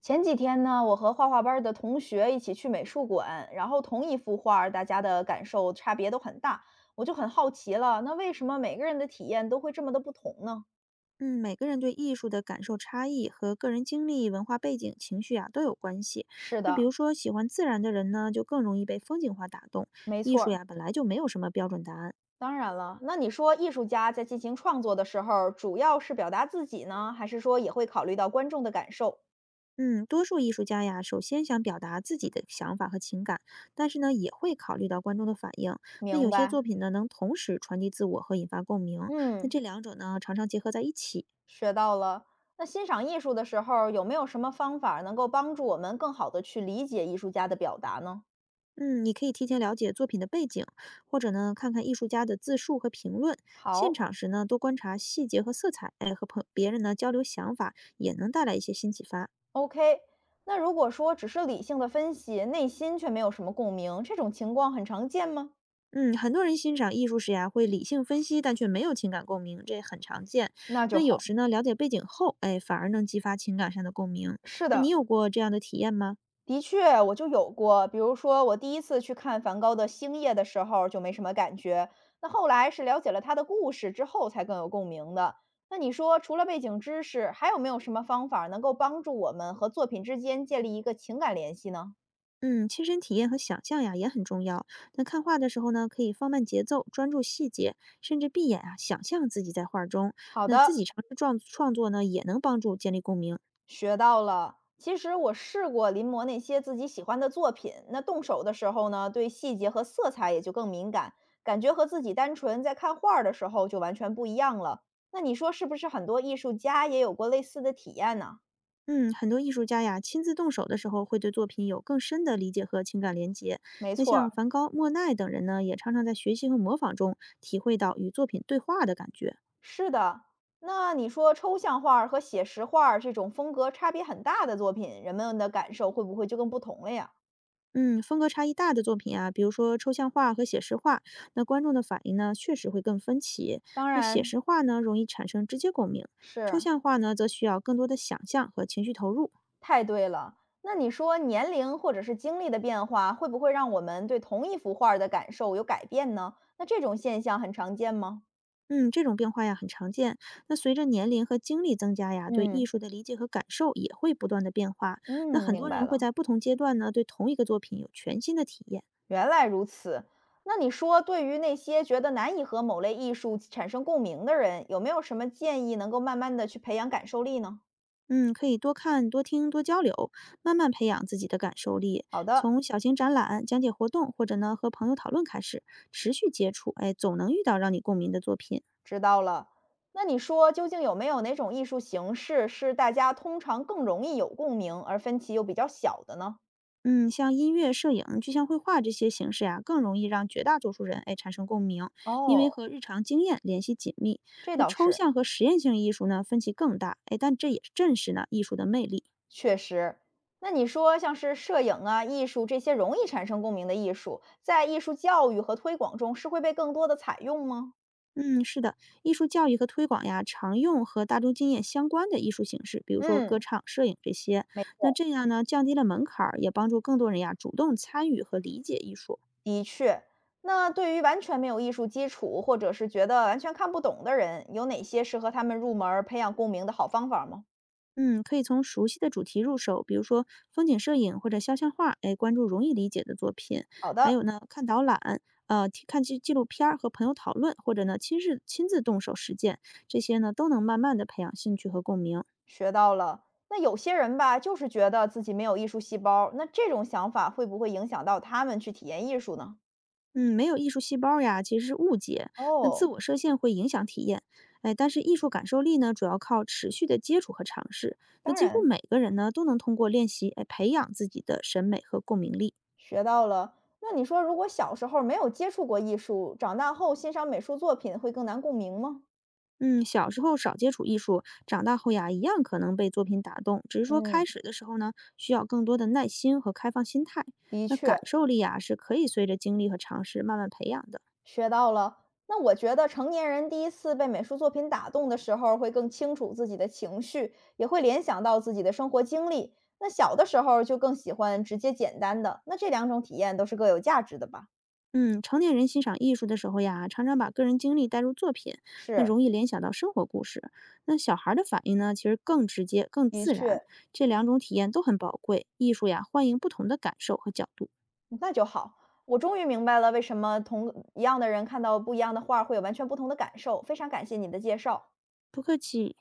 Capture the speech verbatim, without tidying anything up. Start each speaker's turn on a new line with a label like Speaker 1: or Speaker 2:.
Speaker 1: 前几天呢，我和画画班儿的同学一起去美术馆，然后同一幅画儿，大家的感受差别都很大，我就很好奇了，那为什么每个人的体验都会这么的不同呢？
Speaker 2: 嗯，每个人对艺术的感受差异和个人经历、文化背景、情绪啊都有关系。
Speaker 1: 是
Speaker 2: 那比
Speaker 1: 的，
Speaker 2: 如说，喜欢自然的人呢，就更容易被风景画打动。
Speaker 1: 没
Speaker 2: 艺
Speaker 1: 错
Speaker 2: 术
Speaker 1: 儿。
Speaker 2: 呀，本来就没有什么标准答案。
Speaker 1: 当然了，那你说艺术家在进行创作的时候，主要是表达自己呢，还是说也会考虑到观众的感受？
Speaker 2: 嗯，多数艺术家呀，首先想表达自己的想法和情感，但是呢，也会考虑到观众的反应。那
Speaker 1: 明
Speaker 2: 有些
Speaker 1: 白，
Speaker 2: 作品呢，能同时传递自我和引发共鸣。那
Speaker 1: 嗯，
Speaker 2: 这两者呢，常常结合在一起。
Speaker 1: 学到了。那欣赏艺术的时候，有没有什么方法能够帮助我们更好的去理解艺术家的表达呢？
Speaker 2: 嗯，你可以提前了解作品的背景，或者呢，看看艺术家的自述和评论。现
Speaker 1: 好，
Speaker 2: 场时呢，多观察细节和色彩，哎，和朋别人呢交流想法，也能带来一些新启发。
Speaker 1: O K，那如果说只是理性的分析，内心却没有什么共鸣，这种情况很常见吗？
Speaker 2: 嗯，很多人欣赏艺术时呀，会理性分析，但却没有情感共鸣，这也很常见。
Speaker 1: 那就
Speaker 2: 那有
Speaker 1: 好。
Speaker 2: 时呢，了解背景后，哎，反而能激发情感上的共鸣。
Speaker 1: 是
Speaker 2: 那你
Speaker 1: 的，
Speaker 2: 有过这样的体验吗？
Speaker 1: 的确我就有过。比如说，我第一次去看梵高的《星夜》的时候就没什么感觉，那后来是了解了他的故事之后才更有共鸣的。那你说，除了背景知识，还有没有什么方法能够帮助我们和作品之间建立一个情感联系呢？
Speaker 2: 嗯，亲身体验和想象呀也很重要。那看画的时候呢，可以放慢节奏，专注细节，甚至闭眼啊，想象自己在画中。
Speaker 1: 好
Speaker 2: 那
Speaker 1: 的，
Speaker 2: 自己尝试创创作呢，也能帮助建立共鸣。
Speaker 1: 学到了。其实我试过临摹那些自己喜欢的作品，那动手的时候呢，对细节和色彩也就更敏感，感觉和自己单纯在看画儿的时候就完全不一样了。那你说是不是很多艺术家也有过类似的体验呢？
Speaker 2: 嗯，很多艺术家呀，亲自动手的时候，会对作品有更深的理解和情感连接。
Speaker 1: 没
Speaker 2: 那
Speaker 1: 错
Speaker 2: 像
Speaker 1: 儿，
Speaker 2: 梵高、莫奈等人呢，也常常在学习和模仿中体会到与作品对话的感觉。
Speaker 1: 是的。那你说抽象画儿和写实画儿这种风格差别很大的作品，人们的感受会不会就更不同了呀？
Speaker 2: 嗯，风格差异大的作品啊，比如说抽象画和写实画，那观众的反应呢，确实会更分歧。
Speaker 1: 当
Speaker 2: 那写
Speaker 1: 然
Speaker 2: 实画呢，容易产生直接共鸣；抽
Speaker 1: 是，
Speaker 2: 象画呢，则需要更多的想象和情绪投入。
Speaker 1: 太对了。那你说年龄或者是经历的变化，会不会让我们对同一幅画儿的感受有改变呢？那这种现象很常见吗？
Speaker 2: 嗯，这种变化呀，很常见。那随着年龄和经历增加呀，对艺
Speaker 1: 嗯
Speaker 2: 术的理解和感受也会不断的变化。那
Speaker 1: 嗯，
Speaker 2: 很
Speaker 1: 明
Speaker 2: 多
Speaker 1: 白
Speaker 2: 人会
Speaker 1: 了，
Speaker 2: 在不同阶段呢，对同一个作品有全新的体验。
Speaker 1: 原来如此。那你说，对于那些觉得难以和某类艺术产生共鸣的人，有没有什么建议能够慢慢的去培养感受力呢？
Speaker 2: 嗯，可以多看、多听、多交流，慢慢培养自己的感受力。
Speaker 1: 好的，
Speaker 2: 从小型展览、讲解活动，或者呢和朋友讨论开始，持续接触，哎，总能遇到让你共鸣的作品。
Speaker 1: 知道了。那你说，究竟有没有哪种艺术形式是大家通常更容易有共鸣，而分歧又比较小的呢？
Speaker 2: 嗯，像音乐、摄影、具象绘画这些形式呀、更容易让绝大多数人哎产生共鸣，因为
Speaker 1: 哦，
Speaker 2: 和日常经验联系紧密。
Speaker 1: 这
Speaker 2: 那
Speaker 1: 倒
Speaker 2: 抽
Speaker 1: 是。
Speaker 2: 象和实验性艺术呢，分歧更大，哎，但这也正是呢艺术的魅力。
Speaker 1: 确实，那你说像是摄影啊、艺术这些容易产生共鸣的艺术，在艺术教育和推广中是会被更多的采用吗？
Speaker 2: 嗯，是的，艺术教育和推广呀，常用和大众经验相关的艺术形式，比如说歌
Speaker 1: 嗯，
Speaker 2: 唱、摄影这些。那这样呢，降低了门槛儿，也帮助更多人呀主动参与和理解艺术。
Speaker 1: 的确，那对于完全没有艺术基础或者是觉得完全看不懂的人，有哪些适合他们入门儿培养共鸣的好方法吗？
Speaker 2: 嗯，可以从熟悉的主题入手，比如说风景摄影或者肖像画，哎，关注容易理解的作品。
Speaker 1: 好
Speaker 2: 还
Speaker 1: 的，
Speaker 2: 有呢，看导览，呃，听看纪纪录片儿和朋友讨论，或者呢，亲自亲自动手实践，这些呢，都能慢慢的培养兴趣和共鸣。
Speaker 1: 学到了。那有些人吧，就是觉得自己没有艺术细胞，那这种想法会不会影响到他们去体验艺术呢？
Speaker 2: 嗯，没有艺术细胞呀，其实是误解。那自
Speaker 1: 哦，
Speaker 2: 我设限会影响体验，哎，但是艺术感受力呢，主要靠持续的接触和尝试。那
Speaker 1: 当
Speaker 2: 几乎
Speaker 1: 然，
Speaker 2: 每个人呢，都能通过练习，哎，培养自己的审美和共鸣力。
Speaker 1: 学到了。那你说如果小时候没有接触过艺术，长大后欣赏美术作品会更难共鸣吗？
Speaker 2: 嗯，小时候少接触艺术，长大后呀，一样可能被作品打动，只是说
Speaker 1: 嗯，
Speaker 2: 开始的时候呢，需要更多的耐心和开放心态。
Speaker 1: 的
Speaker 2: 那感
Speaker 1: 确，
Speaker 2: 受力呀，是可以随着经历和尝试慢慢培养的。
Speaker 1: 学到了。那我觉得成年人第一次被美术作品打动的时候，会更清楚自己的情绪，也会联想到自己的生活经历。那小的时候就更喜欢直接简单的，那这两种体验都是各有价值的吧？
Speaker 2: 嗯，成年人欣赏艺术的时候呀，常常把个人经历带入作品，那
Speaker 1: 是，
Speaker 2: 容易联想到生活故事。那小孩儿的反应呢，其实更直接、更
Speaker 1: 的
Speaker 2: 自
Speaker 1: 确，
Speaker 2: 然，这两种体验都很宝贵。艺术呀，欢迎不同的感受和角度。
Speaker 1: 那就好。我终于明白了为什么同一样的人看到不一样的画儿会有完全不同的感受。非常感谢你的介绍。
Speaker 2: 不客气。